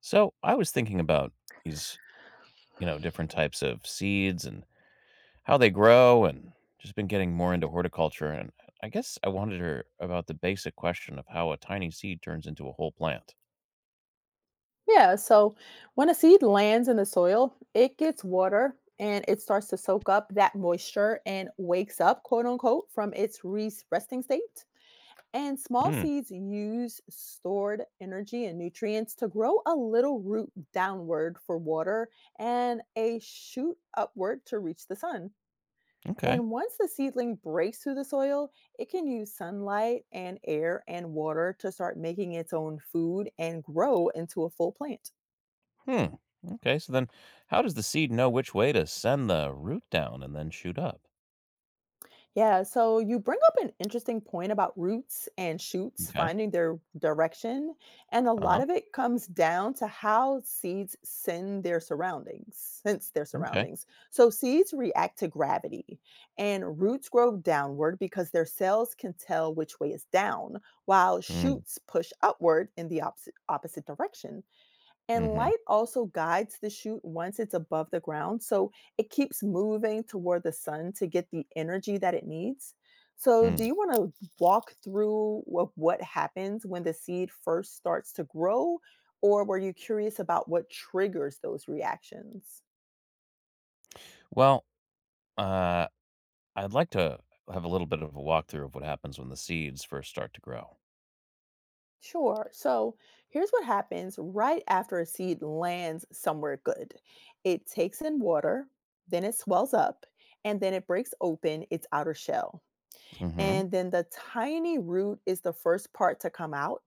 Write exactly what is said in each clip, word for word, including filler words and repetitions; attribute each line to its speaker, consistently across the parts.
Speaker 1: So I was thinking about these, you know, different types of seeds and how they grow, and just been getting more into horticulture. And I guess I wanted her about the basic question of how a tiny seed turns into a whole plant.
Speaker 2: Yeah, so when a seed lands in the soil, it gets water and it starts to soak up that moisture and wakes up, quote unquote, from its re- resting state. And small
Speaker 1: Hmm.
Speaker 2: seeds use stored energy and nutrients to grow a little root downward for water and a shoot upward to reach the sun.
Speaker 1: Okay.
Speaker 2: And once the seedling breaks through the soil, it can use sunlight and air and water to start making its own food and grow into a full plant.
Speaker 1: Hmm. Okay. So then, how does the seed know which way to send the root down and then shoot up?
Speaker 2: Yeah, so you bring up an interesting point about roots and shoots
Speaker 1: Okay.
Speaker 2: finding their direction. And a
Speaker 1: Uh
Speaker 2: lot
Speaker 1: huh.
Speaker 2: of it comes down to how seeds send their surroundings, sense their
Speaker 1: Okay.
Speaker 2: surroundings. So seeds react to gravity, and roots grow downward because their cells can tell which way is down, while
Speaker 1: Mm.
Speaker 2: shoots push upward in the opposite, opposite direction.
Speaker 1: Hmm.
Speaker 2: And
Speaker 1: mm-hmm,
Speaker 2: light also guides the shoot once it's above the ground, so it keeps moving toward the sun to get the energy that it needs. So, do
Speaker 1: Hmm.
Speaker 2: you want to walk through what, what happens when the seed first starts to grow, or were you curious about what triggers those reactions?
Speaker 1: Well, uh, I'd like to have a little bit of a walkthrough of what happens when the seeds first start to grow.
Speaker 2: Sure. So, here's what happens right after a seed lands somewhere good it takes in water, then it swells up, and then it breaks open its outer shell.
Speaker 1: Mm-hmm.
Speaker 2: And then the tiny root is the first part to come out,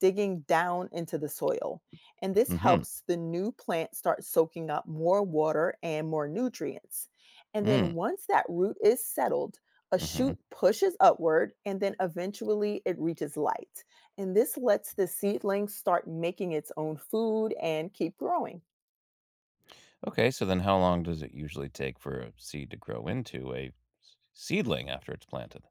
Speaker 2: digging down into the soil. And this
Speaker 1: Mm-hmm.
Speaker 2: helps the new plant start soaking up more water and more nutrients. And then
Speaker 1: Mm.
Speaker 2: once that root is settled, a
Speaker 1: hmm
Speaker 2: shoot pushes upward and then eventually it reaches light. And this lets the seedling start making its own food and keep growing.
Speaker 1: Okay, so then how long does it usually take for a seed to grow into a s- seedling after it's planted?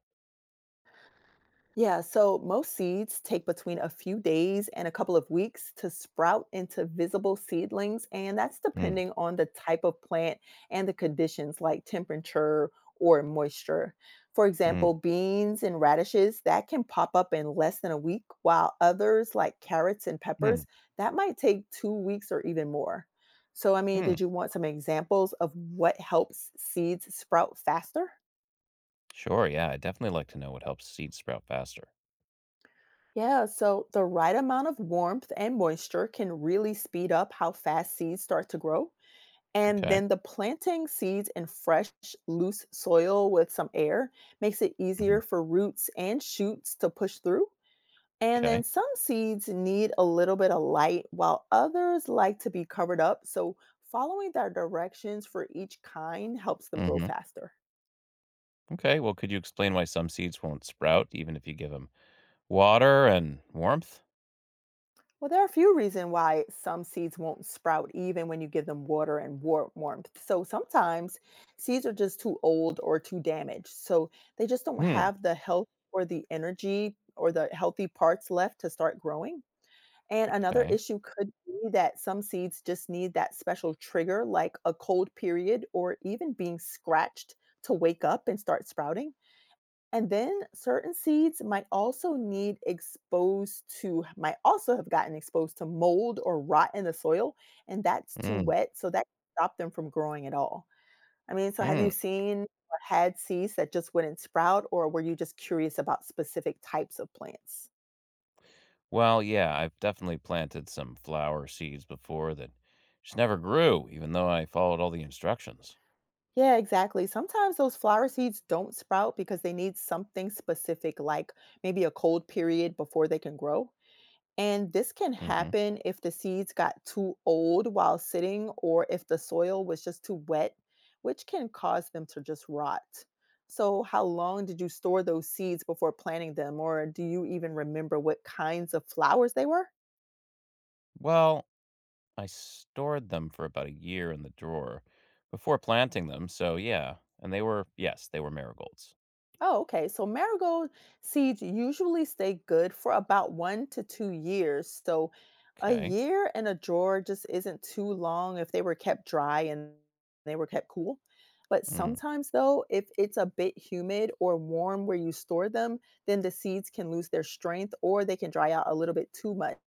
Speaker 2: Yeah, so most seeds take between a few days and a couple of weeks to sprout into visible seedlings, and that's
Speaker 1: Mm,
Speaker 2: depending on the type of plant and the conditions like temperature or moisture. For
Speaker 1: mm,
Speaker 2: example, beans and radishes that can pop up in less than a week, while others like carrots and peppers
Speaker 1: mm,
Speaker 2: that might take two weeks or even more. So I mean,
Speaker 1: mm.
Speaker 2: did you want some examples of what helps seeds sprout faster?
Speaker 1: Sure, yeah, I'd definitely like to know what helps seeds sprout faster.
Speaker 2: Yeah, so the right amount of warmth and moisture can really speed up how fast seeds start to grow. And
Speaker 1: Okay.
Speaker 2: then the planting seeds in fresh, loose soil with some air makes it
Speaker 1: hmm
Speaker 2: easier for roots and shoots to push through. And then
Speaker 1: Okay.
Speaker 2: some seeds need a little bit of light, while others like to be covered up. So following their directions for each kind helps them grow
Speaker 1: hmm
Speaker 2: faster.
Speaker 1: Okay, well, could you explain why some seeds won't sprout even if you give them water and warmth?
Speaker 2: Well, there are a few reasons why some seeds won't sprout even when you give them water and war- warmth. So sometimes seeds are just too old or too damaged. So they just don't
Speaker 1: Hmm.
Speaker 2: have the health or the energy or the healthy parts left to start growing. And another
Speaker 1: Okay.
Speaker 2: issue could be that some seeds just need that special trigger, like a cold period or even being scratched to wake up and start sprouting. And then certain seeds might also need exposed to might also have gotten exposed to mold or rot in the soil, and that's too
Speaker 1: Mm,
Speaker 2: wet, so that stopped them from growing at all. I mean, so have you
Speaker 1: mm.
Speaker 2: seen or had seeds that just wouldn't sprout, or were you just curious about specific types of plants?
Speaker 1: Well, yeah, I've definitely planted some flower seeds before that just never grew, even though I followed all the instructions.
Speaker 2: Yeah, exactly. Sometimes those flower seeds don't sprout because they need something specific, like maybe a cold period before they can grow. And this can
Speaker 1: hmm
Speaker 2: happen if the seeds got too old while sitting or if the soil was just too wet, which can cause them to just rot. So, how long did you store those seeds before planting them, or do you even remember what kinds of flowers they were?
Speaker 1: Well, I stored them for about a year in the drawer before planting them. So yeah, and they were yes, they were marigolds.
Speaker 2: Oh, okay. So marigold seeds usually stay good for about one to two years. So a
Speaker 1: Okay.
Speaker 2: year in a drawer just isn't too long if they were kept dry and they were kept cool. But
Speaker 1: Mm.
Speaker 2: sometimes, though, if it's a bit humid or warm where you store them, then the seeds can lose their strength or they can dry out a little bit too much.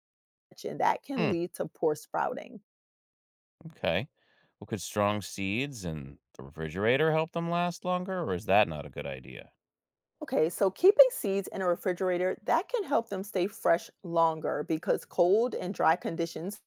Speaker 2: And that can
Speaker 1: Hmm.
Speaker 2: lead to poor sprouting.
Speaker 1: Okay. Well, could strong seeds in the refrigerator help them last longer, or is that not a good idea?
Speaker 2: Okay, so keeping seeds in a refrigerator that can help them stay fresh longer because cold and dry conditions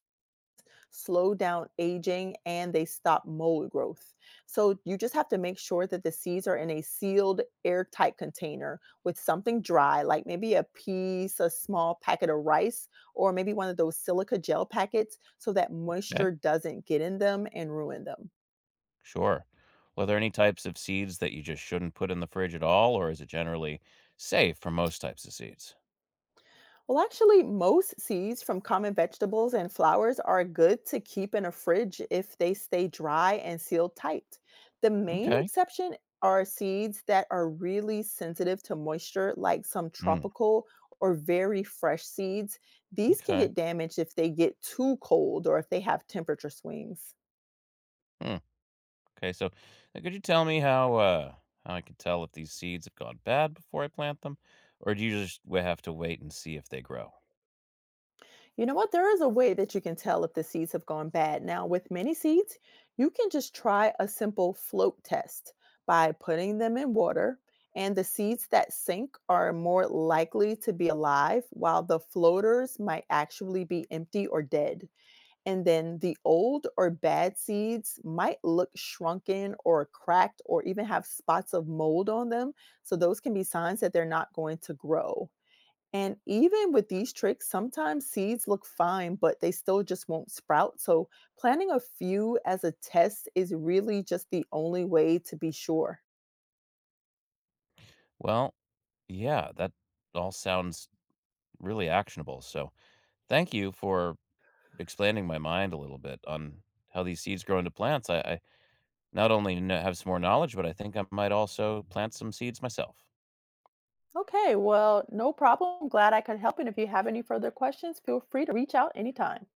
Speaker 2: slow down aging and they stop mold growth. So you just have to make sure that the seeds are in a sealed, airtight container with something dry, like maybe a piece, a small packet of rice, or maybe one of those silica gel packets so that
Speaker 1: Okay.
Speaker 2: moisture doesn't get in them and ruin them.
Speaker 1: Sure. Were there any types of seeds that you just shouldn't put in the fridge at all, or is it generally safe for most types of seeds?
Speaker 2: Well, actually, most seeds from common vegetables and flowers are good to keep in a fridge if they stay dry and sealed tight. The main
Speaker 1: Okay.
Speaker 2: exception are seeds that are really sensitive to moisture, like some
Speaker 1: Mm.
Speaker 2: tropical or very fresh seeds. These can
Speaker 1: Okay.
Speaker 2: get damaged if they get too cold or if they have temperature swings.
Speaker 1: Hmm. Okay, so uh, could you tell me how uh how I can tell if these seeds have gone bad before I plant them, or do you just wa- have to wait and see if they grow?
Speaker 2: You know what? There is a way that you can tell if the seeds have gone bad. Now, with many seeds, you can just try a simple float test by putting them in water, and the seeds that sink are more likely to be alive, while the floaters might actually be empty or dead. And then the old or bad seeds might look shrunken or cracked or even have spots of mold on them. So, those can be signs that they're not going to grow. And even with these tricks, sometimes seeds look fine, but they still just won't sprout. So, planting a few as a test is really just the only way to be sure.
Speaker 1: Well, yeah, that all sounds really actionable. So thank you for expanding my mind a little bit on how these seeds grow into plants. I, I not only kn- have some more knowledge, but I think I might also plant some seeds myself.
Speaker 2: Okay, well, no problem. I'm glad I could help. And if you have any further questions, feel free to reach out anytime.